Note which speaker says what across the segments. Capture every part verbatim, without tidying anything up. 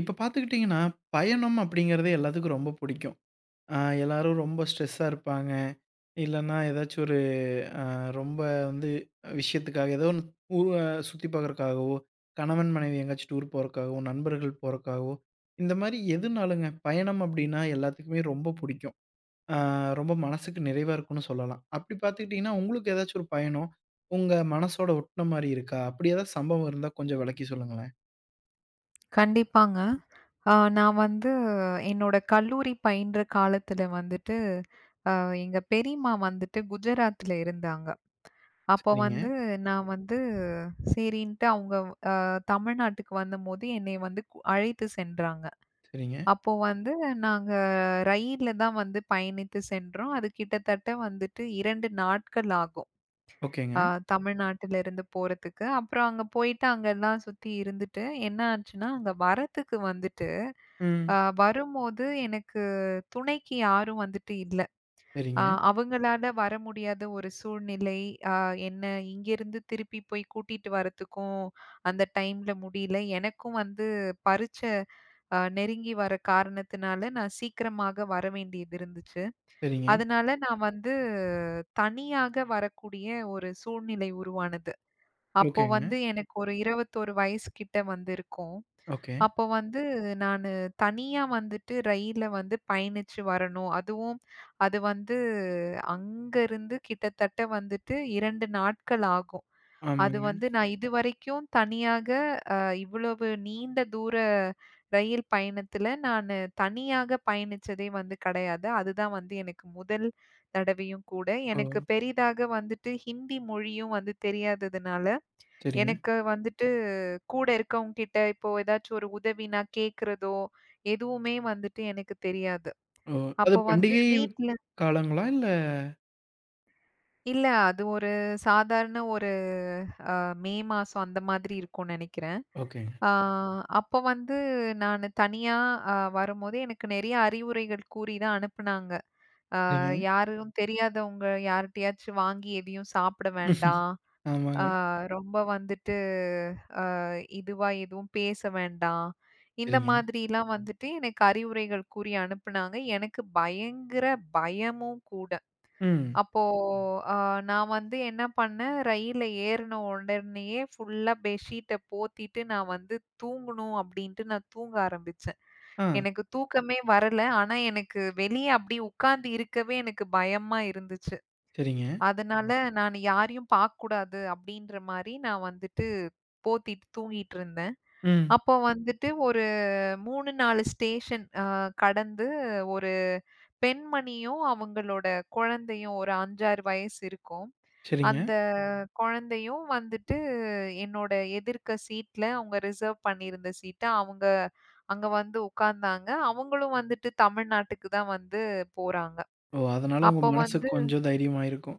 Speaker 1: இப்ப பார்த்துக்கிட்டிங்கன்னா, பயணம் அப்படிங்கிறதே எல்லாத்துக்கும் ரொம்ப புடிக்கும். அ எல்லாரும் ரொம்ப ஸ்ட்ரெஸ்ஸா இருப்பாங்க. இல்லன்னா ஏதாச்சும் ஒரு அ ரொம்ப வந்து விஷயத்துக்காக ஏதோ ஒண்ணு ஊர சுத்தி பார்க்கறக்காகவோ, கணவன் மனைவி எங்கேயாச்சும் டூர் போறக்காகவோ, நண்பர்கள் போறக்காகவோ, இந்த மாரி எதுனாலுங்க பயணம் அப்படின்னா எல்லாத்துக்குமே ரொம்ப புடிக்கும். அ ரொம்ப மனசுக்கு நிறைவா இருக்கும்னு சொல்லலாம். அப்படி பார்த்துக்கிட்டிங்கன்னா, உங்களுக்கு ஏதாச்சும் ஒரு பயணம் உங்க மனசோட ஒட்டுன மாரி இருக்கா? அப்படி ஏதாவது சம்பவம் இருந்தா கொஞ்சம் விளக்கி சொல்லுங்களேன்.
Speaker 2: கண்டிப்பாங்க. அ நான் வந்து என்னோட கல்லூரி பயின்ற காலத்துல வந்துட்டு, அ எங்க பெரியம்மா வந்துட்டு குஜராத்ல இருந்தாங்க. அப்போ
Speaker 1: சரிங்க,
Speaker 2: வந்து நான் வந்து சரின்ட்டு அவங்க வ தமிழ்நாட்டுக்கு வந்தம்போது என்னைய வந்து கு அழைத்து சென்றாங்க.
Speaker 1: சரிங்க.
Speaker 2: அப்போ வந்து நாங்க ரயில்ல தான் வந்து பயணித்து சென்றோம். அது கிட்டத்தட்ட வந்துட்டு இரண்டு நாட்கள் ஆகும். ஆ
Speaker 1: ஓகேங்க.
Speaker 2: தமிழ்நாட்டுல இருந்து போறதுக்கு. அப்புறம் அங்க போயிட்டு அங்கலாம் சுத்தி இருந்துட்டு, என்ன ஆச்சுன்னா, அங்க வரத்துக்கு வந்துட்டு,
Speaker 1: ம்.
Speaker 2: அ வரும்போது எனக்கு துணைக்கு யாரும் வந்துட்டு இல்ல. அ
Speaker 1: சரிங்க,
Speaker 2: அவங்களால வர முடியாத ஒரு சூழ்நிலை. அ என்ன இங்கேருந்து திருப்பி போய் கூட்டிட்டு வரத்துக்கும் அந்த டைம்ல முடியல. எனக்கும் வந்து பரீட்சை அ நெருங்கி வர காரணத்தினால நான் சீக்கிரமாக வர வேண்டியது இருந்துச்சு.
Speaker 1: சரிங்க.
Speaker 2: அதனால நான் வந்து தனியாக வரக்கூடிய ஒரு சூழ்நிலை உருவானது. அப்போ
Speaker 1: ஓகேங்க.
Speaker 2: வந்து எனக்கு ஒரு இருபத்தி ஒன்று வயசு கிட்ட வந்து இருக்கும்.
Speaker 1: ஓகே.
Speaker 2: அப்போ வந்து நானு தனியா வந்துட்டு ரயில்ல வந்து பயணிச்சு வரணும். அதுவும் அது வந்து அங்கருந்து கிட்டத்தட்ட வந்துட்டு இரண்டு நாட்கள் ஆகும். அது
Speaker 1: ஆமாங்க.
Speaker 2: வந்து நான் இதுவரைக்கும் தனியாக அ இவ்வளவு நீண்ட தூர ரயில் பயணத்துல நானு தனியாக பயணிச்சதே வந்து கிடையாது. அதுதான் வந்து எனக்கு முதல் தடவையும் கூட.
Speaker 1: ஓ!
Speaker 2: எனக்கு பெரிதாக வந்துட்டு ஹிந்தி மொழியும் வந்து தெரியாததுனால,
Speaker 1: சரிங்க.
Speaker 2: எனக்கு வந்துட்டு கூட இருக்கவங்ககிட்ட இப்போ ஏதாச்சும் ஒரு உதவி நான் கேட்கிறதோ, எதுவுமே வந்துட்டு எனக்கு தெரியாது.
Speaker 1: ஓ! அது
Speaker 2: அப்போ வந்து
Speaker 1: பண்டிகை
Speaker 2: வீட்ல
Speaker 1: காலங்களா? இல்ல.
Speaker 2: இல்ல அது ஒரு சாதாரண ஒரு அ மே மாசம் அந்த மாதிரி இருக்கும்னு நெனைக்கிறேன்.
Speaker 1: ஓகேங்க.
Speaker 2: ஆ அப்போ வந்து நானு தனியா அ வரும்போது எனக்கு நெறைய அறிவுரைகள் கூறி தான் அனுப்புனாங்க. அ
Speaker 1: சரிங்க.
Speaker 2: யாரும் தெரியாதவங்க யார்ட்டயாச்சும் வாங்கி எதையும் சாப்பிட வேண்டாம். ஆ
Speaker 1: ஆமாங்க.
Speaker 2: ரொம்ப வந்துட்டு இதுவா எதுவும் பேச வேண்டாம். இந்த
Speaker 1: சரிங்க.
Speaker 2: மாதிரிலாம் ம். வந்துட்டு எனக்கு அறிவுரைகள் கூறி அனுப்புனாங்க. எனக்கு பயங்கர பயமும் கூட.
Speaker 1: ம்.
Speaker 2: அப்போ ம். அ நான் வந்து என்ன பண்ணேன், ரயில்ல ஏறுன உடனேயே ஃபுல்லா பெட்ஷீட்ட போத்திட்டு நான் வந்து தூங்கணும் அப்படின்ட்டு நான் தூங்க ஆரம்பிச்சேன்.
Speaker 1: ஆ.
Speaker 2: எனக்கு தூக்கமே வரல. ஆனா எனக்கு வெளிய அப்படியே உட்கார்ந்து இருக்கவே எனக்கு பயமா இருந்துச்சு.
Speaker 1: சரிங்க.
Speaker 2: அதனால ம். நான் யாரையும் பார்க்கக்கூடாது அப்படின்ற மாரி நான் வந்துட்டு போத்திட்டு தூங்கிட்டு இருந்தேன்.
Speaker 1: ம்.
Speaker 2: அப்போ வந்துட்டு ஒரு மூன்று, நான்கு ஸ்டேஷன் அ கடந்து ஒரு பெண்மணியும், அவங்களோட குழந்தையும் ஒரு ஐந்து, ஆறு வயசு இருக்கும்.
Speaker 1: சரிங்க.
Speaker 2: அந்த குழந்தையும் வந்துட்டு என்னோட எதிர்க்க சீட்ல அவங்க ரிசர்வ் பண்ணியிருந்த சீட்ட அவங்க அங்க வந்து உட்கார்ந்தாங்க. அவங்களும் வந்துட்டு தமிழ்நாட்டுக்கு தான் வந்து போறாங்க.
Speaker 1: ஓ! அதனால உங்க
Speaker 2: அப்போ வந்து
Speaker 1: மனசுக்கு கொஞ்சம் தைரியமாயிருக்கும்.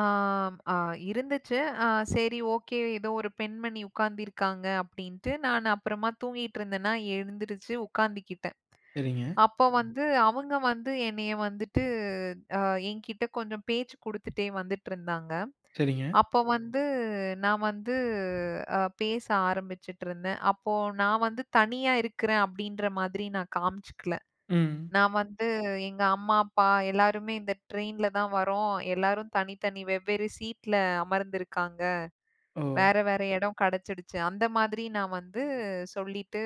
Speaker 2: ஆம், ஆ அ இருந்துச்சு. அ சரி ஓகே ஏதோ ஒரு பெண்மணி உட்கார்ந்திருக்காங்க அப்படின்ட்டு நான் அப்புறமா தூங்கிட்டு இருந்தேனா எழுந்திருச்சு உட்கார்ந்துகிட்டேன்.
Speaker 1: சரிங்க,
Speaker 2: அப்ப ம். வந்து அவங்க வந்து என்னைய வந்துட்டு அ என்கிட்ட கொஞ்சம் பேச்சு குடுத்துட்டே வந்துட்டுருந்தாங்க.
Speaker 1: சரிங்க.
Speaker 2: அப்போ ம். வந்து நான் வந்து அ பேச ஆரம்பிச்சுட்டுருந்தேன். அப்போ நான் வந்து தனியா இருக்கிறேன் அப்படின்ற மாதிரி நான் காமிச்சுக்கல.
Speaker 1: ம்.
Speaker 2: நான் வந்து எங்க அம்மா, அப்பா எல்லாருமே இந்த ட்ரெயின்ல தான் வரோம். எல்லாரும் தனித்தனி வெவ்வேறு சீட்ல அமர்ந்திருக்காங்க.
Speaker 1: ஓ!
Speaker 2: வேற வேற இடம் கிடைச்சிடுச்சு. அந்த மாதிரி நான் வந்து சொல்லிட்டு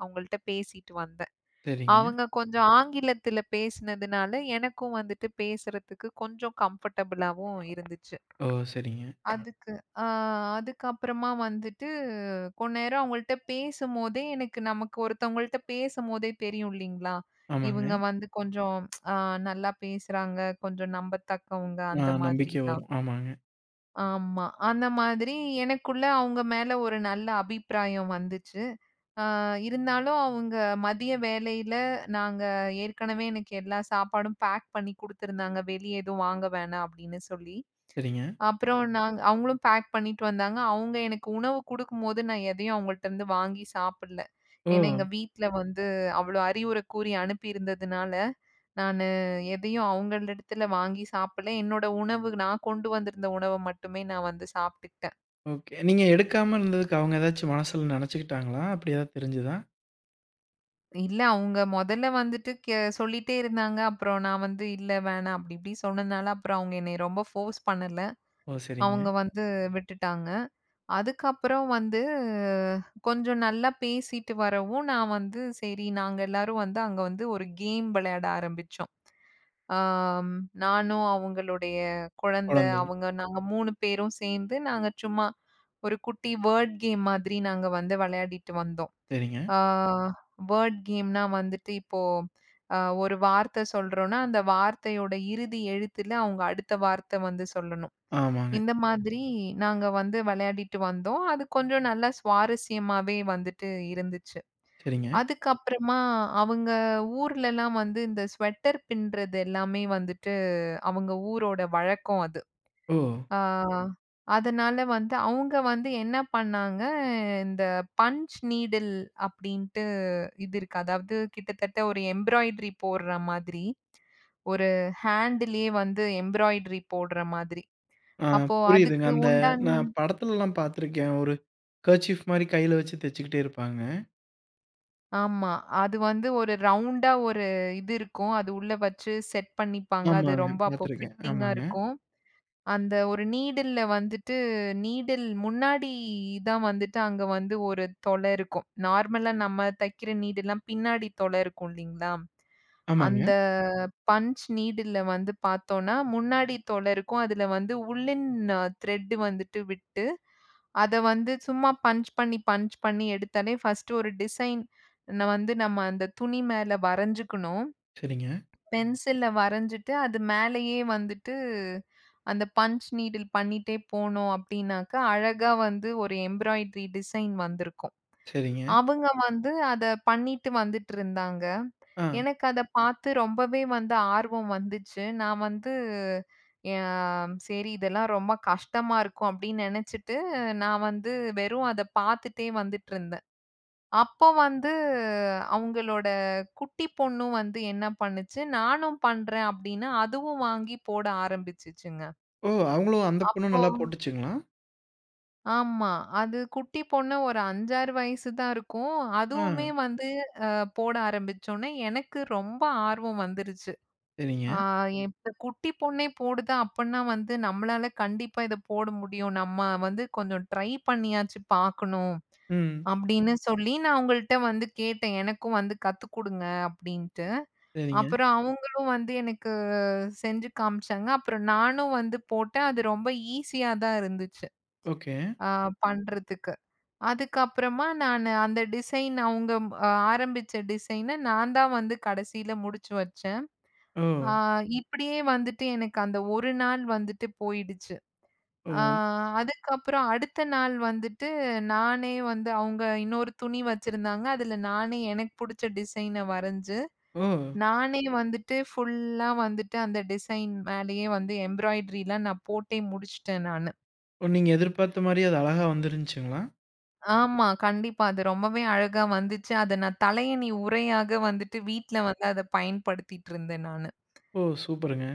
Speaker 2: அவங்கள்ட்ட பேசிட்டு வந்தேன்.
Speaker 1: சரிங்க.
Speaker 2: அவங்க கொஞ்சம் ஆங்கிலத்தில பேசினதுனால, எனக்கும் வந்துட்டு பேசுறதுக்கு கொஞ்சம் கம்ஃபர்டபுளாவும் இருந்துச்சு.
Speaker 1: ஓ! சரிங்க.
Speaker 2: அதுக்கு ஆ அதுக்கப்புறமா வந்துட்டு கொஞ்ச நேரம் அவங்கள்ட்ட பேசும்போதே எனக்கு நமக்கு ஒருத்தவங்கள்ட்ட பேசும்போதே தெரியும் இல்லைங்களா?
Speaker 1: ஆமாங்க.
Speaker 2: இவங்க வந்து கொஞ்சம் ஆ நல்லா பேசுறாங்க, கொஞ்சம் நம்பத்தக்கவங்க
Speaker 1: ஆ,
Speaker 2: அந்த
Speaker 1: நம்பிக்கை
Speaker 2: மாதிரிலாம்.
Speaker 1: வரும். ஆமாங்க.
Speaker 2: ஆமா. அந்த மாதிரி எனக்குள்ள அவங்க மேல ஒரு நல்ல அபிப்பிராயம் வந்துச்சு. ஆ இருந்தாலும் அவங்க மதிய வேலையில நாங்க ஏற்கனவே எனக்கு எல்லா சாப்பாடும் பேக் பண்ணி குடுத்துருந்தாங்க. வெளிய எதுவும் வாங்க வேணாம் அப்படின்னு சொல்லி.
Speaker 1: சரிங்க.
Speaker 2: அப்புறம் ம். நாங்க அவங்களும் பேக் பண்ணிட்டு வந்தாங்க. அவங்க எனக்கு உணவு குடுக்கும்போது நான் எதையும் அவங்கள்ட்ட இருந்து வாங்கி சாப்பிடல.
Speaker 1: ஓ!
Speaker 2: ஏன்னா எங்க வீட்ல வந்து அவ்வளோ அறிவுரை கூறி அனுப்பியிருந்ததுனால, நான் எதையும் அவங்களிடத்துல வாங்கி சாப்பிடல. என்னோட உணவு நான் கொண்டு வந்திருந்த உணவ மட்டுமே நான் வந்து சாப்பிட்டுக்கிட்டேன்.
Speaker 1: ஓகே. நீங்க எடுக்காம இருந்ததுக்கு அவங்க ஏதாச்சும் மனசுல நெனச்சுக்கிட்டாங்களா? அப்படி ஏதாவது தெரிஞ்சுதா?
Speaker 2: இல்ல அவங்க மொதல்ல வந்துட்டு கெ சொல்லிட்டே இருந்தாங்க. அப்புறம் நான் வந்து இல்ல வேணாம் அப்படி இப்படி சொன்னதுனால, அப்புறம் அவங்க என்னைய ரொம்ப ஃபோர்ஸ் பண்ணல.
Speaker 1: ஓ! சரிங்க.
Speaker 2: அவங்க வந்து விட்டுட்டாங்க. அதுக்கப்புறம் வந்து கொஞ்சம் நல்லா பேசிட்டு வரவும், நான் வந்து சரி நாங்க எல்லாரும் வந்து அங்க வந்து ஒரு கேம் விளையாட ஆரம்பிச்சோம். ஆம். நானும் அவங்களுடைய குழந்தை,
Speaker 1: குழந்தை.
Speaker 2: அவங்க நாங்க மூன்று பேரும் சேர்ந்து, நாங்க சும்மா ஒரு குட்டி வேர்ட் கேம் மாதிரி நாங்க வந்து விளையாடிட்டு வந்தோம்.
Speaker 1: சரிங்க.
Speaker 2: ஆ வேர்ட் கேம்னா வந்துட்டு இப்போ அ ஒரு வார்த்தை சொல்றோம்னா, அந்த வார்த்தையோட இறுதி எழுத்துல அவங்க அடுத்த வார்த்தை வந்து சொல்லணும்.
Speaker 1: ஆமாங்க.
Speaker 2: இந்த மாதிரி நாங்க வந்து விளையாடிட்டு வந்தோம். அது கொஞ்சம் நல்லா சுவாரஸ்யமாவே வந்துட்டு இருந்துச்சு.
Speaker 1: சரிங்க.
Speaker 2: அதுக்கப்புறமா அவங்க ஊர்லலாம் வந்து இந்த ஸ்வெட்டர் பின்றது எல்லாமே வந்துட்டு அவங்க ஊரோட வழக்கம் அது.
Speaker 1: ஓ!
Speaker 2: ஆ அதனால வந்து அவங்க வந்து என்ன பண்ணாங்க, இந்த பஞ்ச் நீடில் அப்படின்ட்டு இது இருக்கு. அதாவது கிட்டத்தட்ட ஒரு எம்ப்ராய்டரி போடுற மாதிரி, ஒரு ஹேண்டுலயே வந்து எம்ப்ராய்டரி போடுற மாதிரி.
Speaker 1: ஆ,
Speaker 2: அப்போ
Speaker 1: புரியுதுங்க.
Speaker 2: அதுக்கு
Speaker 1: அந்த
Speaker 2: உண்டான
Speaker 1: நான் படத்துலலாம் பார்த்துருக்கேன். ஒரு கர்ச்சீஃப் மாரி கையில வச்சு தச்சுக்கிட்டே இருப்பாங்க.
Speaker 2: ஆமா. அது வந்து ஒரு ரவுண்டா ஒரு இது இருக்கும். அது உள்ள வச்சு செட் பண்ணிப்பாங்க. அது
Speaker 1: ஆமாங்க.
Speaker 2: ரொம்ப அப்போ
Speaker 1: பார்த்துருக்கேன்.
Speaker 2: ஃபிட்டிங்கா
Speaker 1: ஆமாங்க.
Speaker 2: இருக்கும். அந்த ஒரு நீடில்ல வந்துட்டு நீடில் முன்னாடி தான் வந்துட்டு அங்க வந்து ஒரு தொலை இருக்கும். நார்மலா நம்ம தைக்கிற நீடுல்லாம் பின்னாடி தொலை இருக்கும் இல்லீங்களா?
Speaker 1: ஆமாங்க.
Speaker 2: அந்த பஞ்ச் நீடில்ல வந்து பார்த்தோம்னா, முன்னாடி தொலை இருக்கும். அதுல வந்து உள்ளின் த்ரெட் வந்துட்டு விட்டு, அத வந்து சும்மா பஞ்ச் பண்ணி, பஞ்ச் பண்ணி எடுத்தாலே ஃபர்ஸ்ட்டு ஒரு டிசைன் வந்து நம்ம அந்த துணி மேல வரைஞ்சுக்கணும்.
Speaker 1: சரிங்க,
Speaker 2: பென்சில்ல வரைஞ்சுட்டு, அது மேலேயே வந்துட்டு, அந்த பஞ்ச் நீடில் பண்ணிட்டே போனோம் அப்டின்னாக்கா, அழகா வந்து ஒரு எம்ப்ராய்டரி டிசைன் வந்திருக்கும்.
Speaker 1: சரிங்க.
Speaker 2: அவங்க வந்து அத பண்ணிட்டு வந்துட்டுருந்தாங்க.
Speaker 1: ஆ.
Speaker 2: எனக்கு அத பார்த்து ரொம்பவே வந்து ஆர்வம் வந்துச்சு. நான் வந்து எ சரி இதெல்லாம் ரொம்ப கஷ்டமா இருக்கும் அப்டின்னு நெனச்சுட்டு, நான் வந்து வெறும் அத பார்த்துட்டே வந்துட்டுருந்தேன். அப்போ வந்து அவங்களோட குட்டி பொண்ணும் வந்து என்ன பண்ணுச்சு, "நானும் பண்றேன்" அப்படின்னு அதுவும் வாங்கி போட ஆரம்பிச்சுச்சுங்க.
Speaker 1: ஓ! அவங்களும் அந்த பொண்ணும்
Speaker 2: அப்போ
Speaker 1: நல்லா போட்டுச்சுங்களா?
Speaker 2: ஆமா. அது குட்டி பொண்ணு ஒரு ஐந்து, ஆறு வயசு தான் இருக்கும்.
Speaker 1: ஆ.
Speaker 2: அதுவுமே வந்து அ போட ஆரம்பிச்சோனே எனக்கு ரொம்ப ஆர்வம் வந்துருச்சு.
Speaker 1: சரிங்க.
Speaker 2: ஆ ம். என் இப்ப குட்டி பொண்ணே போடுது அப்பன்னா வந்து, நம்மளால கண்டிப்பா இத போட முடியும். நம்ம வந்து கொஞ்சம் ட்ரை பண்ணியாச்சு பார்க்கணும்.
Speaker 1: ம்.
Speaker 2: அப்படின்னு ம். சொல்லி நான் அவங்கள்ட்ட வந்து கேட்டேன். எனக்கும் வந்து கத்துக் குடுங்க அப்படின்ட்டு.
Speaker 1: சரிங்க.
Speaker 2: அப்புறம் அவங்களும் வந்து எனக்கு செஞ்சு காமிச்சாங்க. அப்புறம் நானும் வந்து போட்டேன். அது ரொம்ப ஈஸியா தான் இருந்துச்சு.
Speaker 1: ஓகே.
Speaker 2: ஆ ம். பண்றதுக்கு. அதுக்கப்புறமா நானு அந்த டிசைன் அவங்க அ ஆரம்பிச்ச டிசைன நான் தான் வந்து கடைசியில முடிச்சு வச்சேன்.
Speaker 1: ஓ!
Speaker 2: ஆ இப்படியே வந்துட்டு எனக்கு அந்த ஒரு நாள் வந்துட்டு போயிடுச்சு.
Speaker 1: ஓ!
Speaker 2: ஆ அதுக்கப்புறம் அடுத்த நாள் வந்துட்டு நானே வந்து அவங்க இன்னொரு துணி வச்சிருந்தாங்க. அதுல நானே எனக்கு புடிச்ச டிசைன வரைஞ்சு,
Speaker 1: ஓ!
Speaker 2: நானே வந்துட்டு ஃபுல்லா வந்துட்டு அந்த டிசைன் மேலேயே வந்து எம்ப்ராய்டரிலாம் நான் போட்டே முடிச்சுட்டேன் நானு.
Speaker 1: ஓ! நீங்க எதிர்பார்த்த மாரி அது அழகா வந்துருந்துச்சுங்களா?
Speaker 2: ஆமா. கண்டிப்பா. அது ரொம்பவே அழகா வந்துச்சு. அத நான் தலையணி உறையாக வந்துட்டு வீட்ல வந்து அத பயன்படுத்திட்டு இருந்தேன் நானு.
Speaker 1: ஓ! சூப்பருங்க.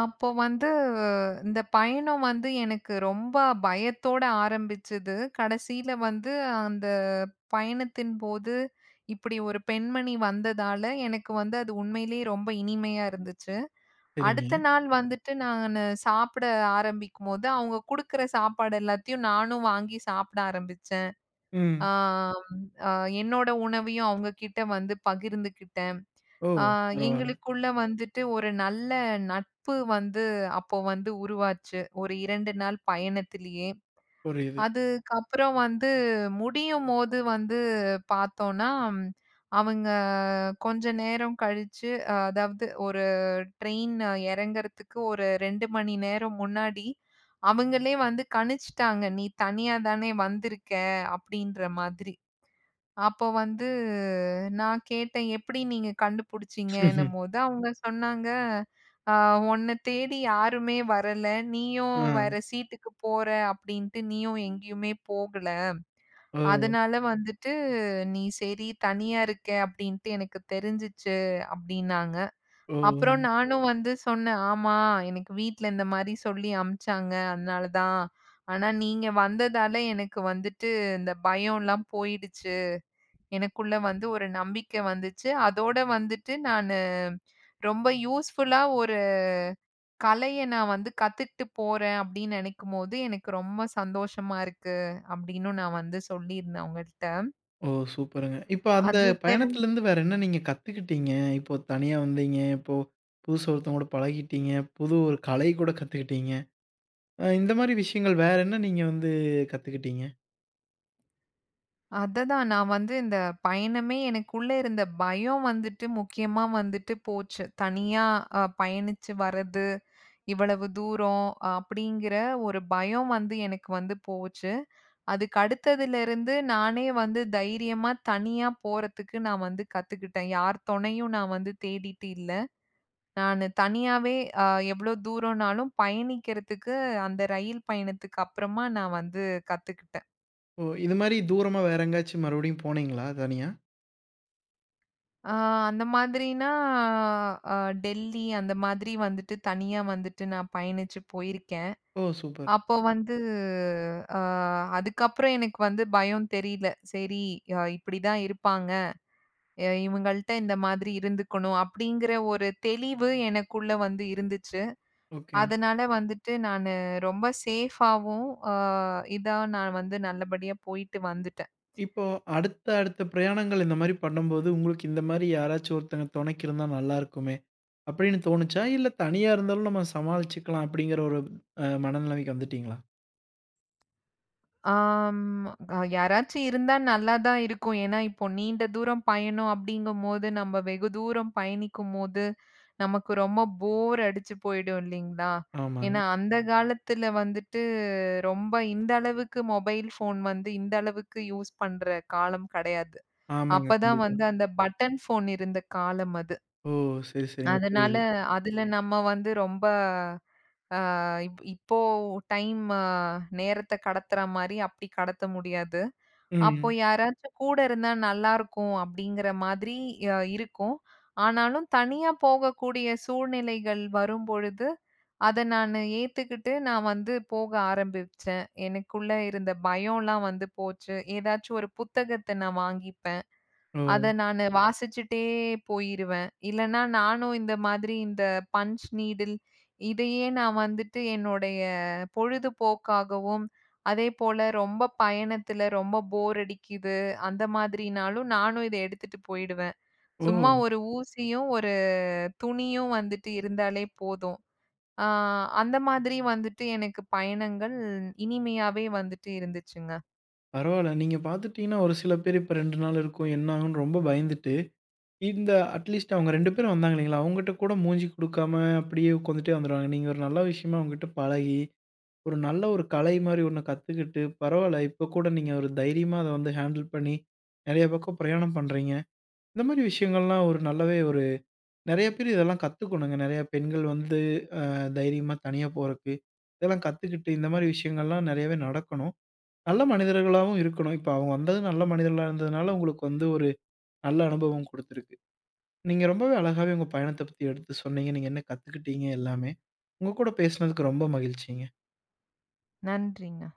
Speaker 2: அப்போ வந்து இந்த பயணம் வந்து எனக்கு ரொம்ப பயத்தோட ஆரம்பிச்சது. கடைசியில வந்து அந்த பயணத்தின் போது இப்படி ஒரு பெண்மணி வந்ததால, எனக்கு வந்து அது உண்மையிலேயே ரொம்ப இனிமையா இருந்துச்சு.
Speaker 1: சரிங்க.
Speaker 2: அடுத்த நாள் வந்துட்டு நானு சாப்பிட ஆரம்பிக்கும்போது, அவங்க குடுக்குற சாப்பாடு எல்லாத்தையும் நானும் வாங்கி சாப்பிட ஆரம்பிச்சேன்.
Speaker 1: ம்.
Speaker 2: ஆம், ஆ, அ என்னோட உணவையும் அவங்க கிட்ட வந்து பகிர்ந்துக்கிட்டேன்.
Speaker 1: ஓ!
Speaker 2: ஆ
Speaker 1: பரவால்ல.
Speaker 2: எங்களுக்குள்ள வந்துட்டு ஒரு நல்ல நட்பு வந்து அப்போ வந்து உருவாச்சு. ஒரு இரண்டு நாள் பயணத்திலேயே.
Speaker 1: புரியுது.
Speaker 2: அதுக்கப்புறம் வந்து முடியும்போது வந்து பார்த்தோம்னா, ம், அவங்க கொஞ்ச நேரம் கழிச்சு அஹ், அதாவது ஒரு ட்ரெயின் இறங்கறதுக்கு ஒரு இரண்டு மணி நேரம் முன்னாடி அவங்களே வந்து கணிச்சுட்டாங்க. "நீ தனியா தானே வந்திருக்க" அப்படின்ற மாதிரி. அப்போ வந்து நான் கேட்டேன், "எப்படி நீங்க கண்டுபிடிச்சீங்கன்னும்போது" அவங்க சொன்னாங்க, "அ உன்ன தேடி யாருமே வரல. நீயும்
Speaker 1: ஆ.
Speaker 2: வேற சீட்டுக்கு போற அப்படின்ட்டு நீயும் எங்கேயுமே போகல.
Speaker 1: ஓ!
Speaker 2: அதனால வந்துட்டு நீ சரி தனியா இருக்க அப்படின்ட்டு எனக்கு தெரிஞ்சுச்சு" அப்படின்னாங்க.
Speaker 1: ஓ!
Speaker 2: அப்புறம் நானும் வந்து சொன்னேன், "ஆமா, எனக்கு வீட்ல இந்த மாரி சொல்லி அனுப்பிச்சாங்க. அதனால தான். ஆனா நீங்க வந்ததால எனக்கு வந்துட்டு இந்த பயம்லாம் போயிடுச்சு." எனக்குள்ள வந்து ஒரு நம்பிக்கை வந்துச்சு. அதோட வந்துட்டு நானு ரொம்ப யூஸ்ஃபுல்லா ஒரு கலைய நான் வந்து கத்துக்கிட்டு போறேன் அப்படின்னு நெனைக்கும்போது, எனக்கு ரொம்ப சந்தோஷமா இருக்கு அப்படின்னும் நான் வந்து சொல்லியிருந்தேன் அவங்கள்ட்ட.
Speaker 1: ஓ! சூப்பருங்க. இப்ப அந்த
Speaker 2: அது பெரு
Speaker 1: பயணத்துலருந்து வேற என்ன நீங்க கத்துக்கிட்டீங்க? இப்போ தனியா வந்தீங்க, இப்போ புதுசா ஒருத்தவங்க கூட பழகிட்டீங்க, புது ஒரு கலை கூட கத்துக்கிட்டீங்க. அ இந்த மாரி விஷயங்கள் வேற என்ன நீங்க வந்து கத்துக்கிட்டீங்க?
Speaker 2: அததான் நான் வந்து இந்த பயணமே எனக்குள்ள இருந்த பயம் வந்துட்டு முக்கியமா வந்துட்டு போச்சு. தனியா அ பயணிச்சு வர்றது, இவ்வளவு தூரம் அஹ், அப்படிங்கிற ஒரு பயம் வந்து எனக்கு வந்து போச்சு. அதுக்கு அடுத்ததிலிருந்து நானே வந்து தைரியமா தனியா போறதுக்கு நான் வந்து கத்துக்கிட்டேன். யார் துணையும் நான் வந்து தேடிட்டு இல்ல. நானு தனியாவே அ எவ்ளோ தூரம்னாலும் பயணிக்கிறதுக்கு அந்த ரயில் பயணத்துக்கு அப்புறமா நான் வந்து கத்துக்கிட்டேன்.
Speaker 1: ஓ! இது மாரி தூரமா வேற எங்கேயாச்சும் மறுபடியும் போனீங்களா தனியா?
Speaker 2: ஆ அந்த மாதிரினா அ டெல்லி அந்த மாதிரி வந்துட்டு தனியா வந்துட்டு நான் பயணிச்சு போயிருக்கேன்.
Speaker 1: ஓ! சூப்பர்.
Speaker 2: அப்போ வந்து அ அதுக்கப்புறம் எனக்கு வந்து பயம் தெரியல. சரி அ இப்படிதான் இருப்பாங்க. எ இவங்கள்ட்ட இந்த மாதிரி இருந்துக்கணும் அப்படிங்கிற ஒரு தெளிவு எனக்குள்ள வந்து இருந்துச்சு.
Speaker 1: ஓகே.
Speaker 2: அதனால வந்துட்டு நானு ரொம்ப சேஃபாவும், அ இதா நான் வந்து நல்லபடியா போயிட்டு வந்துட்டேன்.
Speaker 1: இப்போ அடுத்த அடுத்த பிரயாணங்கள் இந்த மாரி பண்ணும்போது, உங்களுக்கு இந்த மாரி யாராச்சும் ஒருத்தங்க துணைக்கு இருந்தா நல்லா இருக்குமே! அப்படின்னு தோணுச்சா? இல்ல தனியா இருந்தாலும் நம்ம சமாளிச்சுக்கலாம் அப்படிங்கிற ஒரு அ மனநிலைமைக்கு வந்துட்டீங்களா?
Speaker 2: ஆம் அ யாராச்சும் இருந்தா நல்லா தான் இருக்கும். ஏன்னா, இப்போ நீண்ட தூரம் பயணம் அப்படிங்கும்போது, நம்ம வெகு தூரம் பயணிக்கும்போது, நமக்கு ரொம்ப போர் அடிச்சு போயிடும் இல்லைங்களா?
Speaker 1: ஆமாங்க.
Speaker 2: ஏன்னா, அந்த காலத்துல வந்துட்டு ரொம்ப இந்த அளவுக்கு மொபைல் ஃபோன் வந்து இந்த அளவுக்கு யூஸ் பண்ற காலம் கெடையாது.
Speaker 1: ஆமாங்க.
Speaker 2: அப்பதான்
Speaker 1: கண்டிப்பா.
Speaker 2: வந்து அந்த பட்டன் ஃபோன் இருந்த காலம் அது.
Speaker 1: ஓ! சரி, சரிங்க.
Speaker 2: அதனால
Speaker 1: புரியுது.
Speaker 2: அதுல நம்ம வந்து ரொம்ப அ இப் இப்போ டைம் நேரத்த கடத்துற மாரி அப்படி கடத்த முடியாது. அப்போ
Speaker 1: ம்.
Speaker 2: யாராச்சும் கூட இருந்தா நல்லாருக்கும் அப்படிங்கிற மாதிரி அ இருக்கும். ஆனாலும் தனியா போகக்கூடிய சூழ்நிலைகள் வரும்பொழுது, அத நானு ஏத்துக்கிட்டு நான் வந்து போக ஆரம்பிச்சேன். எனக்குள்ள இருந்த பயம்லாம் வந்து போச்சு. ஏதாச்சும் ஒரு புத்தகத்த நான் வாங்கிப்பேன்.
Speaker 1: ஓ!
Speaker 2: அத நானு வாசிச்சுட்டே போயிருவேன். இல்லன்னா, நானும் இந்த மாதிரி இந்த பஞ்ச் நீடில் இதையே நான் வந்துட்டு என்னுடைய பொழுதுபோக்காகவும், அதேபோல ரொம்ப பயணத்துல ரொம்ப போர் அடிக்குது, அந்த மாதிரினாலும் நானும் இத எடுத்துட்டு போயிடுவேன்.
Speaker 1: ஓ!
Speaker 2: சும்மா ஒரு ஊசியும், ஒரு துணியும் வந்துட்டு இருந்தாலே போதும். ஆ அந்த மாதிரி வந்துட்டு எனக்கு பயணங்கள் இனிமையாவே வந்துட்டு இருந்துச்சுங்க.
Speaker 1: பரவால்ல. நீங்க பார்த்துட்டீங்கன்னா, ஒரு சில பேர் இப்ப ரெண்டு நாள் இருக்கும், என்ன ஆகும்ன்னு ரொம்ப பயந்துட்டு, இந்த அட்லீஸ்ட் அவங்க ரெண்டு பேரும் வந்தாங்க இல்லைங்களா? அவங்ககிட்ட கூட மூஞ்சி குடுக்காம அப்படியே உட்காந்துட்டே வந்துருவாங்க. நீங்க ஒரு நல்ல விஷயமா அவங்ககிட்ட பழகி, ஒரு நல்ல ஒரு கலை மாரி ஒண்ணு கத்துக்கிட்டு, பரவால்ல இப்ப கூட நீங்க ஒரு தைரியமா அத வந்து ஹேண்டில் பண்ணி, நெறைய பக்கம் பிரயாணம் பண்றீங்க. இந்த மாரி விஷயங்கள்லாம் ஒரு நல்லாவே ஒரு நெறைய பேர் இதெல்லாம் கத்துக்கணுங்க. நெறைய பெண்கள் வந்து அ தைரியமா தனியா போறக்கு, இதெல்லாம் கத்துக்கிட்டு இந்த மாரி விஷயங்கள்லாம் நெறையவே நடக்கணும். நல்ல மனிதர்களாவும் இருக்கணும். இப்ப அவங்க வந்தது நல்ல மனிதர்களா இருந்ததுனால, உங்களுக்கு வந்து ஒரு நல்ல அனுபவம் குடுத்துருக்கு. நீங்க ரொம்பவே அழகாவே உங்க பயணத்த பத்தி எடுத்து சொன்னீங்க. நீங்க என்ன கத்துக்கிட்டீங்க எல்லாமே. உங்க கூட பேசினதுக்கு ரொம்ப மகிழ்ச்சிங்க.
Speaker 2: நன்றிங்க.